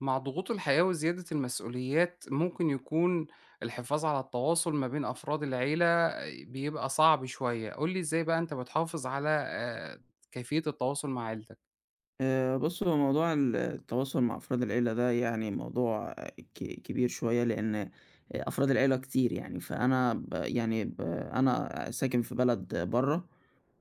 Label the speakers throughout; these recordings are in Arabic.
Speaker 1: مع ضغوط الحياة وزيادة المسؤوليات ممكن يكون الحفاظ على التواصل ما بين أفراد العيلة آه، بيبقى صعب شوية، قُل لي إزاي بقى أنت بتحافظ على كيفية التواصل مع عيلتك؟
Speaker 2: بُص، هو موضوع التواصل مع أفراد العيلة ده يعني موضوع كبير شوية، لإن أفراد العيلة كتير يعني، فأنا ب يعني ب أنا ساكن في بلد برّه،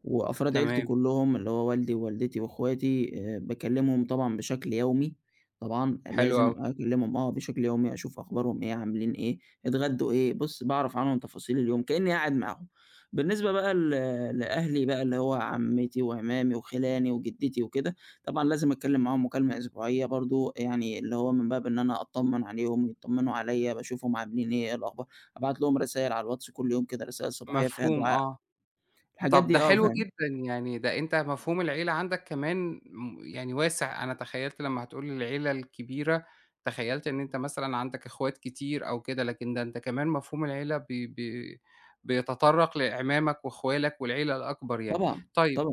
Speaker 2: وأفراد عيلتي
Speaker 1: تمام،
Speaker 2: كلّهم اللي هو والدي ووالدتي وأخواتي باكلّمهم طبعًا بشكل يومي، طبعًا
Speaker 1: حلو
Speaker 2: لازم
Speaker 1: أوي،
Speaker 2: أكلّمهم بشكل يومي أشوف أخبارهم إيه، عاملين إيه، اتغدّوا إيه، بُص باعرف عنهم تفاصيل اليوم كإنّي قاعد معاهم. بالنسبة بقى لأهلي بقى اللي هو عمّتي وعمامي وخِلاني وجدتي وكده، طبعًا لازم أتكلّم معاهم مكالمة أسبوعية برضه، يعني اللي هو من باب إن أنا أطمّن عليهم، يطمّنوا عليَّ، باشوفهم عاملين إيه، إيه الأخبار، أبعت لهم رسايل على الواتس كل يوم كده، رسائل صباحية فيها
Speaker 1: مفهوم
Speaker 2: دعاء،
Speaker 1: آه.
Speaker 2: الحاجات
Speaker 1: طب ده
Speaker 2: دي
Speaker 1: حلو
Speaker 2: فعلًا،
Speaker 1: جدًا، يعني ده أنت مفهوم العيلة عندك كمان يعني واسع، أنا تخيّلت لمّا هتقول لي العيلة الكبيرة، تخيّلت إن أنت مثلًا عندك إخوات كتير أو كده، لكن ده أنت كمان مفهوم العيلة بي بي بيتطرّق لأعمامك وأخوالك والعيلة الأكبر يعني.
Speaker 2: طبعًا،
Speaker 1: طيب
Speaker 2: طبعًا.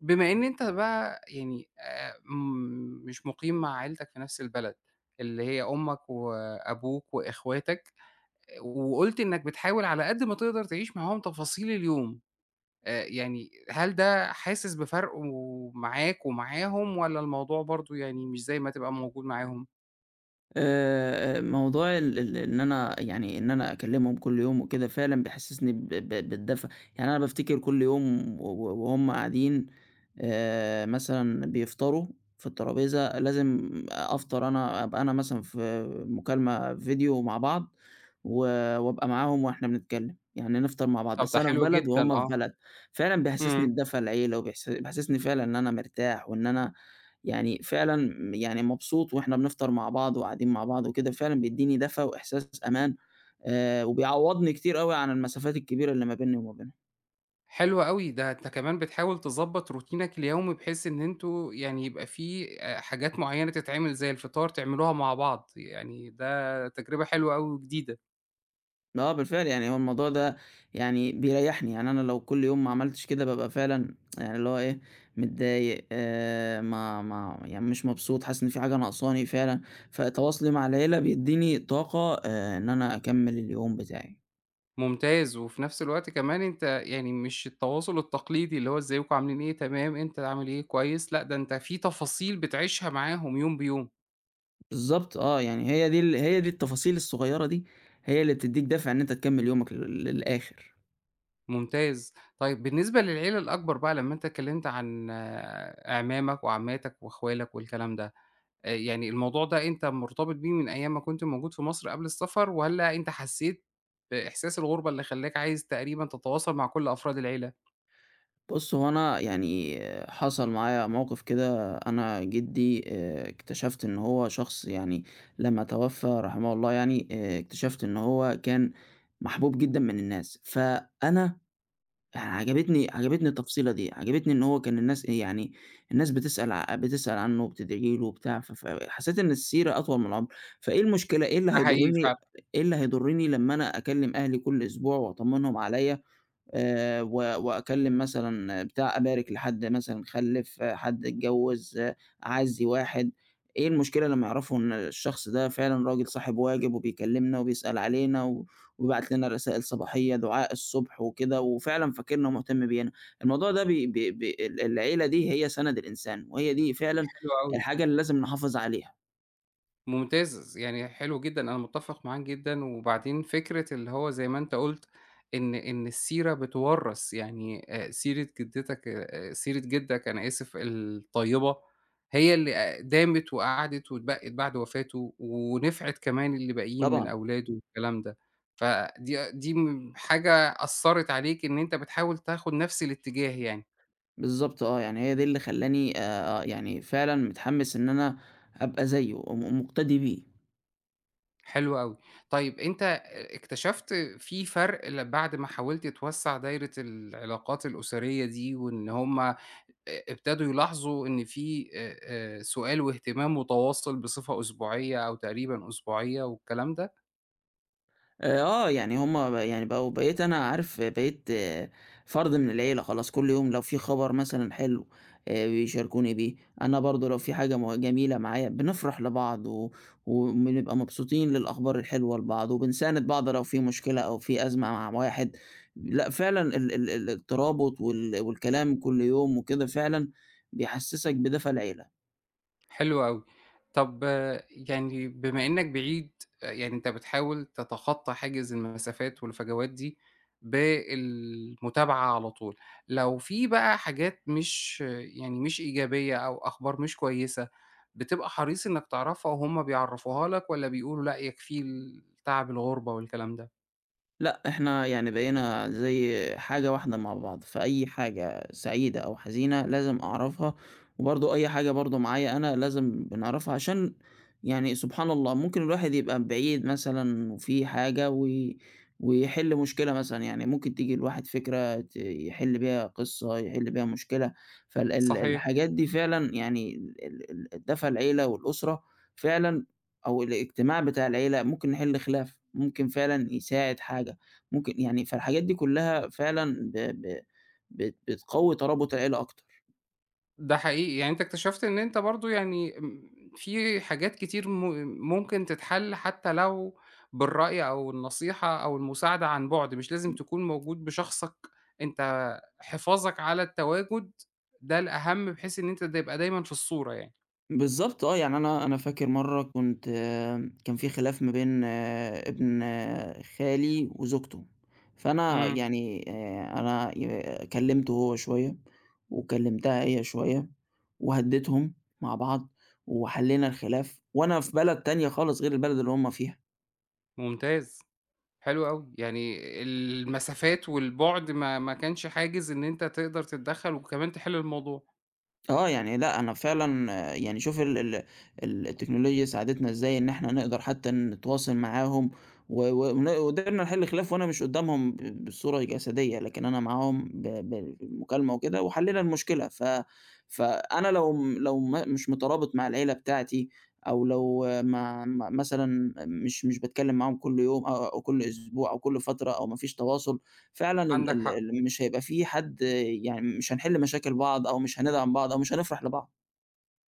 Speaker 1: بما إن أنت بقى يعني م مش مُقيم مع عيلتك في نفس البلد، اللي هي أمك وأبوك وإخواتك، وقُلت إنك بتحاول على قد ما تقدر تعيش معاهم تفاصيل اليوم. يعني هل ده حاسس بفرقه معاك ومعاهم والّا الموضوع برضه يعني مش زي ما تبقى موجود معاهم؟
Speaker 2: موضوع ال ال إن أنا أكلمهم كل يوم وكده فعلًا بيحسسني ب ب بالدفى، يعني أنا بافتكر كل يوم و و وهُم قاعدين مثلًا بيفطروا في الترابيزة لازم أفطر أنا أبقى أنا مثلًا في مكالمة فيديو مع بعض و وأبقى معاهم وإحنا بنتكلم، يعني نفطر مع بعض،
Speaker 1: طب
Speaker 2: بس
Speaker 1: ده
Speaker 2: أنا في
Speaker 1: حلو
Speaker 2: بلد
Speaker 1: جدًا
Speaker 2: وهُم
Speaker 1: آه.
Speaker 2: في بلد، فعلًا بيحسسني
Speaker 1: إمم.
Speaker 2: بدفى العيلة بيحسسني فعلًا إن أنا مرتاح وإن أنا يعني فعلًا يعني مبسوط وإحنا بنفطر مع بعض وقاعدين مع بعض وكده، فعلًا بيدّيني دفى وإحساس أمان، وبيعوّضني كتير أوي عن المسافات الكبيرة اللي ما بينّي وما بينها.
Speaker 1: حلو أوي، ده أنت كمان بتحاول تضبّط روتينك اليومي بحيث إن أنتم يعني يبقى في حاجات معيّنة تتعمل زي الفطار تعملوها مع بعض، يعني ده تجربة حلوة أوي وجديدة.
Speaker 2: آه بالفعل، يعني هو الموضوع ده يعني بيريّحني، يعني أنا لو كل يوم ما عملتش كده بابقى فعلًا يعني اللي هو إيه، متضايق ما يعني مش مبسوط، حاسس إن في حاجة ناقصاني فعلًا، فتواصلي مع العيلة بيدّيني طاقة إن أنا أكمّل اليوم بتاعي.
Speaker 1: ممتاز، وفي نفس الوقت كمان أنت يعني مش التواصل التقليدي اللي هو إزيكم عاملين إيه، تمام، أنت عامل إيه، كويس، لأ ده أنت في تفاصيل بتعيشها معاهم يوم بيوم.
Speaker 2: بالضبط آه، يعني هي دي التفاصيل الصغيّرة دي هي اللي بتدّيك دافع إن أنت تكمّل يومك للآخر.
Speaker 1: ممتاز. طيب بالنسبة للعيلة الأكبر بقى لمّا أنت اتكلّمت عن آه، أعمامك وعماتك وأخوالك والكلام ده، يعني الموضوع ده أنت مرتبط بيه من أيام ما كنت موجود في مصر قبل السفر والّا أنت حسّيت بإحساس الغُربة اللي خلّاك عايز تقريبًا تتواصل مع كل أفراد العيلة؟
Speaker 2: بُص، هو أنا يعني حصل معايا موقف كده، أنا جدي اكتشفت إن هو شخص يعني لمّا توفى رحمه الله يعني، اكتشفت إن هو كان محبوب جدًا من الناس، فأنا يعني عجبتني التفصيلة دي، عجبتني إن هو كان الناس إيه، يعني الناس بتسأل عنّه وبتدعي له وبتاع، فحسّيت إن السيرة أطول من العمر، فإيه المشكلة
Speaker 1: ده حقيقي فعلًا،
Speaker 2: إيه اللي هيضرّني لمّا أنا أكلّم أهلي كل أسبوع وأطمّنهم عليّا و وأكلّم مثلًا بتاع أبارك لحد مثلًا خلِّف، حد اتجوّز، أعزّي واحد، إيه المشكلة لمّا يعرفوا إن الشخص ده فعلًا راجل صاحب واجب وبيكلّمنا وبيسأل علينا وبيبعت لنا رسائل صباحية، دعاء الصبح وكده، وفعلًا فاكرنا ومهتم بينا. الموضوع ده بي بي بي ال العيلة دي هي سَنَد الإنسان، وهي دي فعلًا
Speaker 1: حلو أوي.
Speaker 2: الحاجة اللي لازم نحافظ عليها.
Speaker 1: ممتاز، يعني حلو جدًا، أنا متّفق معاك جدًا، وبعدين فكرة اللي هو زي ما أنت قُلت إن السيرة بتورّث، يعني سيرة جدتك سيرة جدك أنا آسف الطيبة، هي اللي دامت وقعدت واتبقِّت بعد وفاته، ونفعِت كمان اللي باقيين من
Speaker 2: طبعًا،
Speaker 1: أولاده والكلام ده، فدي دي م حاجة أثّرت عليك إن أنت بتحاول تاخد نفس الاتجاه يعني.
Speaker 2: بالضبط آه، يعني هي دي اللي خلّاني يعني فعلًا متحمّس إن أنا أبقى زيّه ومقتدي بيه.
Speaker 1: حلو أوي. طيب أنت اكتشفت في فرق ل بعد ما حاولت توسّع دايرة العلاقات الأسرية دي وإن هم أ ابتدوا يلاحظوا إن في سؤال واهتمام متواصل بصفة أسبوعية أو تقريبًا أسبوعية والكلام ده؟
Speaker 2: آه، يعني هم يعني بقيت أنا عارف بقيت فرد من العيلة خلاص، كل يوم لو في خبر مثلًا حلو بيشاركوني بيه، أنا برضه لو في حاجة جميلة معايا بنفرح لبعض وبنبقى مبسوطين للأخبار الحلوة لبعض، وبنساند بعض لو في مشكلة أو في أزمة مع واحد، لأ فعلًا ال ال ال الترابط والكلام كل يوم وكده فعلًا بيحسسك بدفى العيلة.
Speaker 1: حلو أوي. طب آه، يعني بما إنّك بعيد، آه، يعني أنت بتحاول تتخطّى حاجز المسافات والفجوات دي بالمتابعة على طول. لو في بقى حاجات مش آه، يعني مش إيجابية أو أخبار مش كويسة، بتبقى حريص إنّك تعرفها وهُم بيعرّفوها لك والّا بيقولوا لأ يكفيه ال تعب الغُربة والكلام ده؟
Speaker 2: لأ، إحنا يعني بقينا زي حاجة واحدة مع بعض، فأي حاجة سعيدة أو حزينة لازم أعرفها، وبرضه أي حاجة برضه معايا أنا لازم بنعرفها عشان يعني سبحان الله ممكن الواحد يبقى بعيد مثلًا وفي حاجة ويحل مشكلة مثلًا، يعني ممكن تيجي لواحد فكرة يحل بيها قصة، يحل بيها مشكلة، فال ال
Speaker 1: صحيح.
Speaker 2: الحاجات دي فعلًا يعني ال ال دفا العيلة والأسرة فعلًا أو الاجتماع بتاع العيلة ممكن نحل خلاف، ممكن فعلًا يساعد حاجة. ممكن يعني فالحاجات دي كلّها فعلًا ب ب بت بتقوّي ترابط العيلة أكتر.
Speaker 1: ده حقيقي، يعني أنت اكتشفت إن أنت برضه يعني في حاجات كتير ممكن تتحل حتى لو بالرأي أو النصيحة أو المساعدة عن بُعد، مش لازم تكون موجود بشخصك، أنت حفاظك على التواجد ده الأهم بحيث إن أنت تبقى دايمًا في الصورة يعني.
Speaker 2: بالضبط آه، يعني أنا فاكر مرّة كنت آه، كان في خلاف ما بين ابن خالي وزوجته، فأنا
Speaker 1: إمم،
Speaker 2: يعني أنا كلّمته هو شوية، وكلّمتها هي شوية، وهدّيتهم مع بعض، وحلّينا الخلاف، وأنا في بلد تانية خالص غير البلد اللي هُم فيها.
Speaker 1: ممتاز، حلو أوي، يعني المسافات والبُعد ما كانش حاجز إن أنت تقدر تتدخّل وكمان تحل الموضوع،
Speaker 2: آه، يعني لأ، أنا فعلًا يعني شوف ال ال ال التكنولوجيا ساعدتنا إزاي إن إحنا نقدر حتى نتواصل معاهم و و ون وقدرنا نحل خلاف وأنا مش قدّامهم بالصورة الجسدية، لكن أنا معاهم ب ب بالمكالمة وكده وحلّينا المشكلة، فأنا لو م لو ما مش مترابط مع العيلة بتاعتي أو لو ما مثلًا مش باتكلّم معاهم كل يوم أو كل أسبوع أو كل فترة أو ما فيش تواصل، فعلًا ال
Speaker 1: عندك
Speaker 2: ال
Speaker 1: حق.
Speaker 2: ال مش هيبقى في حد يعني مش هنحل مشاكل بعض أو مش هندعم بعض أو مش هنفرح لبعض.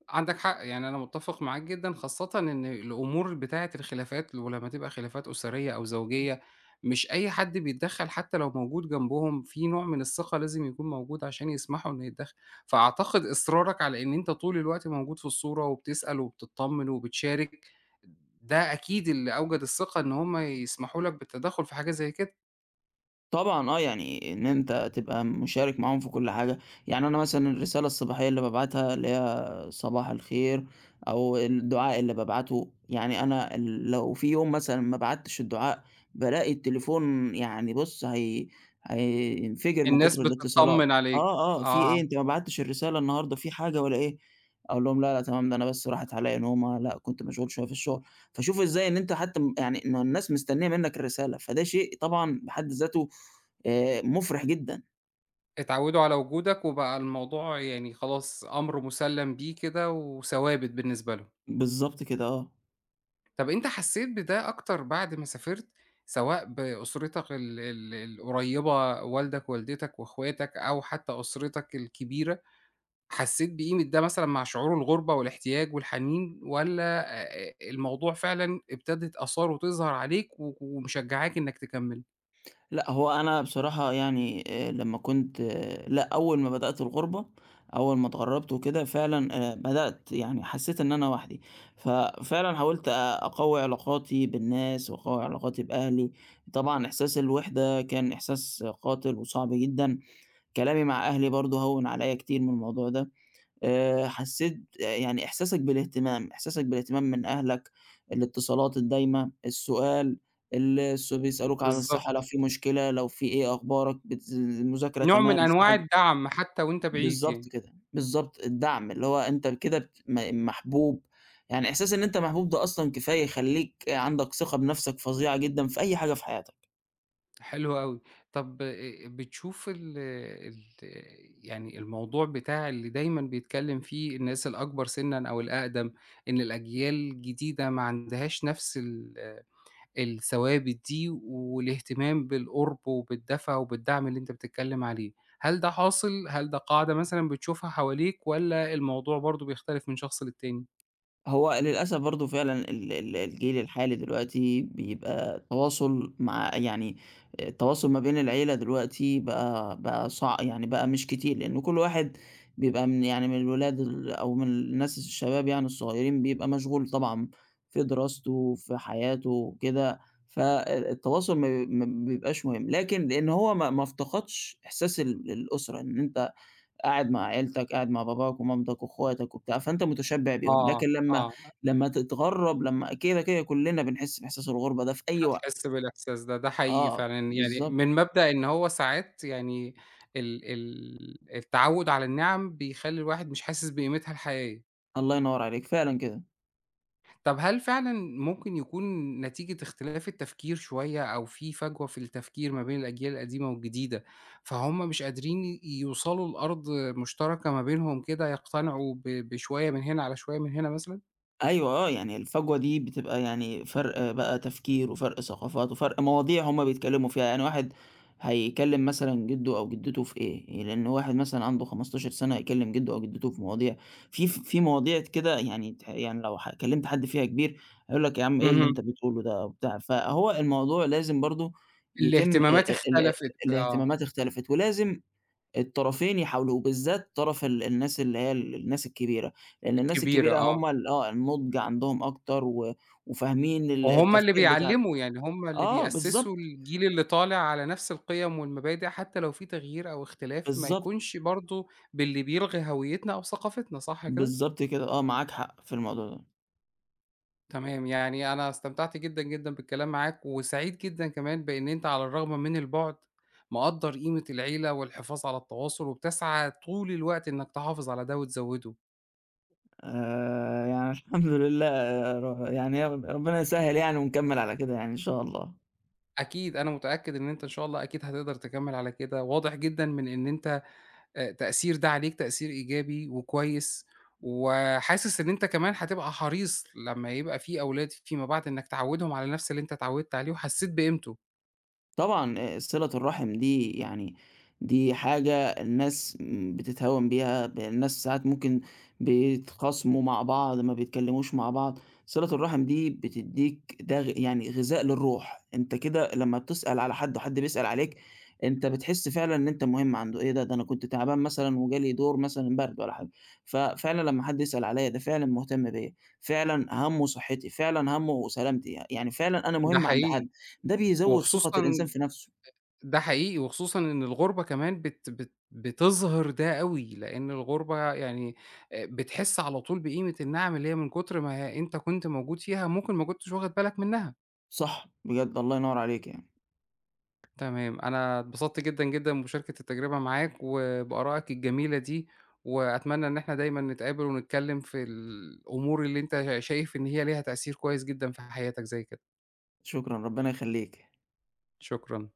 Speaker 1: عندك حق، يعني أنا متّفق معاك جدًا، خاصةً إن الأمور بتاعة الخلافات ولمّا تبقى خلافات أسرية أو زوجية، مش أي حد بيتدخّل حتى لو موجود جنبهم، في نوع من الثقة لازم يكون موجود عشان يسمحوا إنه يتدخّل، فأعتقد إصرارك على إن أنت طول الوقت موجود في الصورة وبتسأل وبتطّمن وبتشارك، ده أكيد اللي أوجد الثقة إن هُم يسمحوا لك بالتدخّل في حاجة زي كده،
Speaker 2: طبعًا آه، يعني إن أنت تبقى مشارك معاهم في كل حاجة، يعني أنا مثلًا الرسالة الصباحية اللي بابعتها اللي هي صباح الخير أو الدعاء اللي بابعته، يعني أنا لو في يوم مثلًا ما بعتّش الدعاء بالاقي التليفون يعني بُص هينفجر من كتر
Speaker 1: الناس
Speaker 2: الاتصالات،
Speaker 1: بتطّمن عليك،
Speaker 2: آه، آه، في
Speaker 1: آه.
Speaker 2: إيه أنت ما بعتّش الرسالة النهارده في حاجة والّا إيه؟ أقول لهم لا، لا تمام ده أنا بس راحت عليَّ نومة، لأ كنت مشغول شوية في الشغل، فشوف إزاي إن أنت حتى يعني إنه الناس مستنية منك الرسالة، فده شيء طبعًا بحد ذاته مُفرِح جدًا.
Speaker 1: اتعوّدوا على وجودك وبقى الموضوع يعني خلاص أمر مُسلّم بيه كده وثوابت بالنسبة لهم.
Speaker 2: بالضبط كده آه.
Speaker 1: طَب أنت حسّيت بده أكتر بعد ما سافرت، سواء بأسرتك ال ال القريّبة والدك، والدتك وأخواتك أو حتى أسرتك الكبيرة، حسّيت بقيمة ده مثلًا مع شعور الغُربة والاحتياج والحنين والّا الموضوع فعلًا ابتدت آثاره تظهر عليك و ومشجّعاك إنّك تكمّل؟
Speaker 2: لأ، هو أنا بصراحة يعني لمّا كنت آه، لأ، أول ما بدأت الغُربة، أول ما اتغرّبت وكده فعلًا بدأت يعني حسّيت إن أنا وحدي، ففعلًا حاولت أقوّي علاقاتي بالناس وأقوّي علاقاتي بأهلي، طبعًا إحساس الوِحدة كان إحساس قاتل وصعب جدًا، كلامي مع أهلي برضه هوّن عليّا كتير من الموضوع ده. حسّيت يعني إحساسك بالاهتمام، إحساسك بالاهتمام من أهلك، الاتصالات الدايمة، السؤال، ال الس بيسألوك عن الصحة لو
Speaker 1: بالضبط.
Speaker 2: في مشكلة، لو في إيه أخبارك، المذاكرة
Speaker 1: نوع
Speaker 2: تمام،
Speaker 1: من
Speaker 2: في
Speaker 1: أنواع
Speaker 2: حاجة
Speaker 1: الدعم حتى وأنت بعيد
Speaker 2: بالضبط
Speaker 1: يعني.
Speaker 2: كده، بالضبط، الدعم اللي هو أنت كده بت م محبوب، يعني إحساس إن أنت محبوب ده أصلًا كفاية يخلّيك عندك ثقة بنَفْسك فظيعة جدًا في أي حاجة في حياتك.
Speaker 1: حلو أوي. طب بتشوف ال ال يعني الموضوع بتاع اللي دايمًا بيتكلّم فيه الناس الأكبر سِنًا أو الأقدم، إن الأجيال الجديدة ما عندهاش نفس ال آه، الثوابت دي والاهتمام بالقُرب وبالدفى وبالدعم اللي أنت بتتكلّم عليه. هل ده حاصل؟ هل ده قاعدة مثلًا بتشوفها حواليك والّا الموضوع برضه بيختلف من شخص للتاني؟
Speaker 2: هو للأسف برضه فعلًا ال ال الجيل الحالي دلوقتي بيبقى التواصل مع يعني التواصل ما بين العيلة دلوقتي بقى بقى صع يعني بقى مش كتير، لإن كل واحد بيبقى من الولاد أو من الناس الشباب يعني الصغيّرين بيبقى مشغول طبعًا في دراسته، في حياته وكده، فالتواصل ما بيبقاش مهم، لكن لإن هو ما افتقدش إحساس الأسرة، إن أنت قاعد مع عيلتك، قاعد مع باباك ومامتك واخواتك وبتاع، فأنت متشبع بيهم،
Speaker 1: آه،
Speaker 2: لكن لمّا
Speaker 1: آه.
Speaker 2: لمّا تتغرّب لمّا كده، كده كُلّنا بنحس بإحساس الغُربة ده في أي وقت.
Speaker 1: هتحس بالإحساس ده، ده حقيقي
Speaker 2: آه،
Speaker 1: فعلًا، يعني
Speaker 2: بالضبط،
Speaker 1: من مبدأ إن هو ساعات يعني ال ال التعوّد على النِّعَم بيخلّي الواحد مش حاسس بقيمتها الحقيقية.
Speaker 2: الله ينوّر عليك، فعلًا كده.
Speaker 1: طب هل فعلًا ممكن يكون نتيجة اختلاف التفكير شوية أو في فجوة في التفكير ما بين الأجيال القديمة والجديدة، فهُم مش قادرين يوصلوا لأرض مشتركة ما بينهم كده يقتنعوا بشوية من هنا على شوية من هنا مثلًا؟
Speaker 2: أيوه آه، يعني الفجوة دي بتبقى يعني فرق بقى تفكير وفرق ثقافات وفرق مواضيع هُم بيتكلموا فيها، يعني واحد هيكلم مثلًا جده أو جدته في إيه، لإن واحد مثلًا عنده 15 سنة هيكلم جده أو جدته في مواضيع في ف في مواضيع كده يعني يعني لو كلمت حد فيها كبير هيقول لك: "يا عم إيه اللي
Speaker 1: اهم.
Speaker 2: أنت بتقوله ده؟" أو بتاع، فهو الموضوع لازم برضه يتم
Speaker 1: الاهتمامات
Speaker 2: ال
Speaker 1: اختلفت، آه،
Speaker 2: الاهتمامات اختلفت، ولازم الطرفين يحاولوا، وبالذات طرف الناس اللي هي الناس الكبيرة، لإن الناس
Speaker 1: الكبيرة،
Speaker 2: الكبيرة
Speaker 1: آه.
Speaker 2: هم ال آه، النُضج عندهم أكتر وفاهمين
Speaker 1: وهُم اللي
Speaker 2: التفكير بتاع ال
Speaker 1: بيعلّموا، يعني هُم اللي
Speaker 2: آه،
Speaker 1: بيأسّسوا
Speaker 2: بالضبط،
Speaker 1: الجيل اللي طالع على نفس القِيَم والمبادئ، حتى لو في تغيير أو اختلاف ما
Speaker 2: بالضبط،
Speaker 1: يكونش برضه باللي بيلغي هويتنا أو ثقافتنا، صح كده؟
Speaker 2: بالضبط كده، آه، معاك حق في الموضوع ده.
Speaker 1: تمام، يعني أنا استمتعت جدًا، جدًا بالكلام معاك، وسعيد جدًا كمان بإن أنت على الرغم من البُعد، مقدّر قيمة العيلة والحفاظ على التواصل، وبتسعى طول الوقت إنك تحافظ على ده وتزوّده.
Speaker 2: يعني الحمد لله ر يعني ر ربنا يسهّل يعني ونكمّل على كده يعني إن شاء الله.
Speaker 1: أكيد، أنا متأكد إن أنت إن شاء الله أكيد هتقدر تكمّل على كده، واضح جدًا من إن أنت تأثير ده عليك تأثير إيجابي وكويس، وحاسس إن أنت كمان هتبقى حريص لمّا يبقى في أولاد فيما بعد إنّك تعوّدهم على نَفْس اللي أنت اتعوّدت عليه وحسّيت بقيمته،
Speaker 2: طبعًا صِلة الرحم دي يعني دي حاجة الناس بتتهاون بيها، الناس ساعات ممكن بيتخاصموا مع بعض، ما بيتكلموش مع بعض، صِلة الرحم دي بتدّيك ده غ يعني غذاء للروح، أنت كده لمّا بتسأل على حد وحد بيسأل عليك، أنت بتحس فعلًا إن أنت مهم عنده، إيه ده، ده أنا كنت تعبان مثلًا وجالي دور مثلًا برد والّا حاجة، ففعلًا لمّا حد يسأل عليَّ ده فعلًا مهتم بيّا، فعلًا هَمُّه صحتي، فعلًا هَمُّه سلامتي، يعني فعلًا أنا
Speaker 1: ده
Speaker 2: مهم عند
Speaker 1: حقيقي،
Speaker 2: حد. ده بيزوّد ثقة
Speaker 1: وخصوصًا
Speaker 2: الإنسان في نَفْسه،
Speaker 1: ده حقيقي، وخصوصًا إن الغُربة كمان بت بت بتظهر ده أوي، لإن الغُربة يعني بتحس على طول بقيمة النَعَم اللي هي من كُتر ما أنت كنت موجود فيها ممكن ما كنتش واخد بالك منّها.
Speaker 2: صح، بجد الله ينوّر عليك يعني،
Speaker 1: تمام، أنا اتبسطت جدًا، جدًا بمشاركة التجربة معاك وبآرائك الجميلة دي، وأتمنى إن إحنا دايمًا نتقابل ونتكلم في الأمور اللي أنت شايف إن هي ليها تأثير كويس جدًا في حياتك زي كده،
Speaker 2: شكرًا، ربنا يخلّيك.
Speaker 1: شكرًا.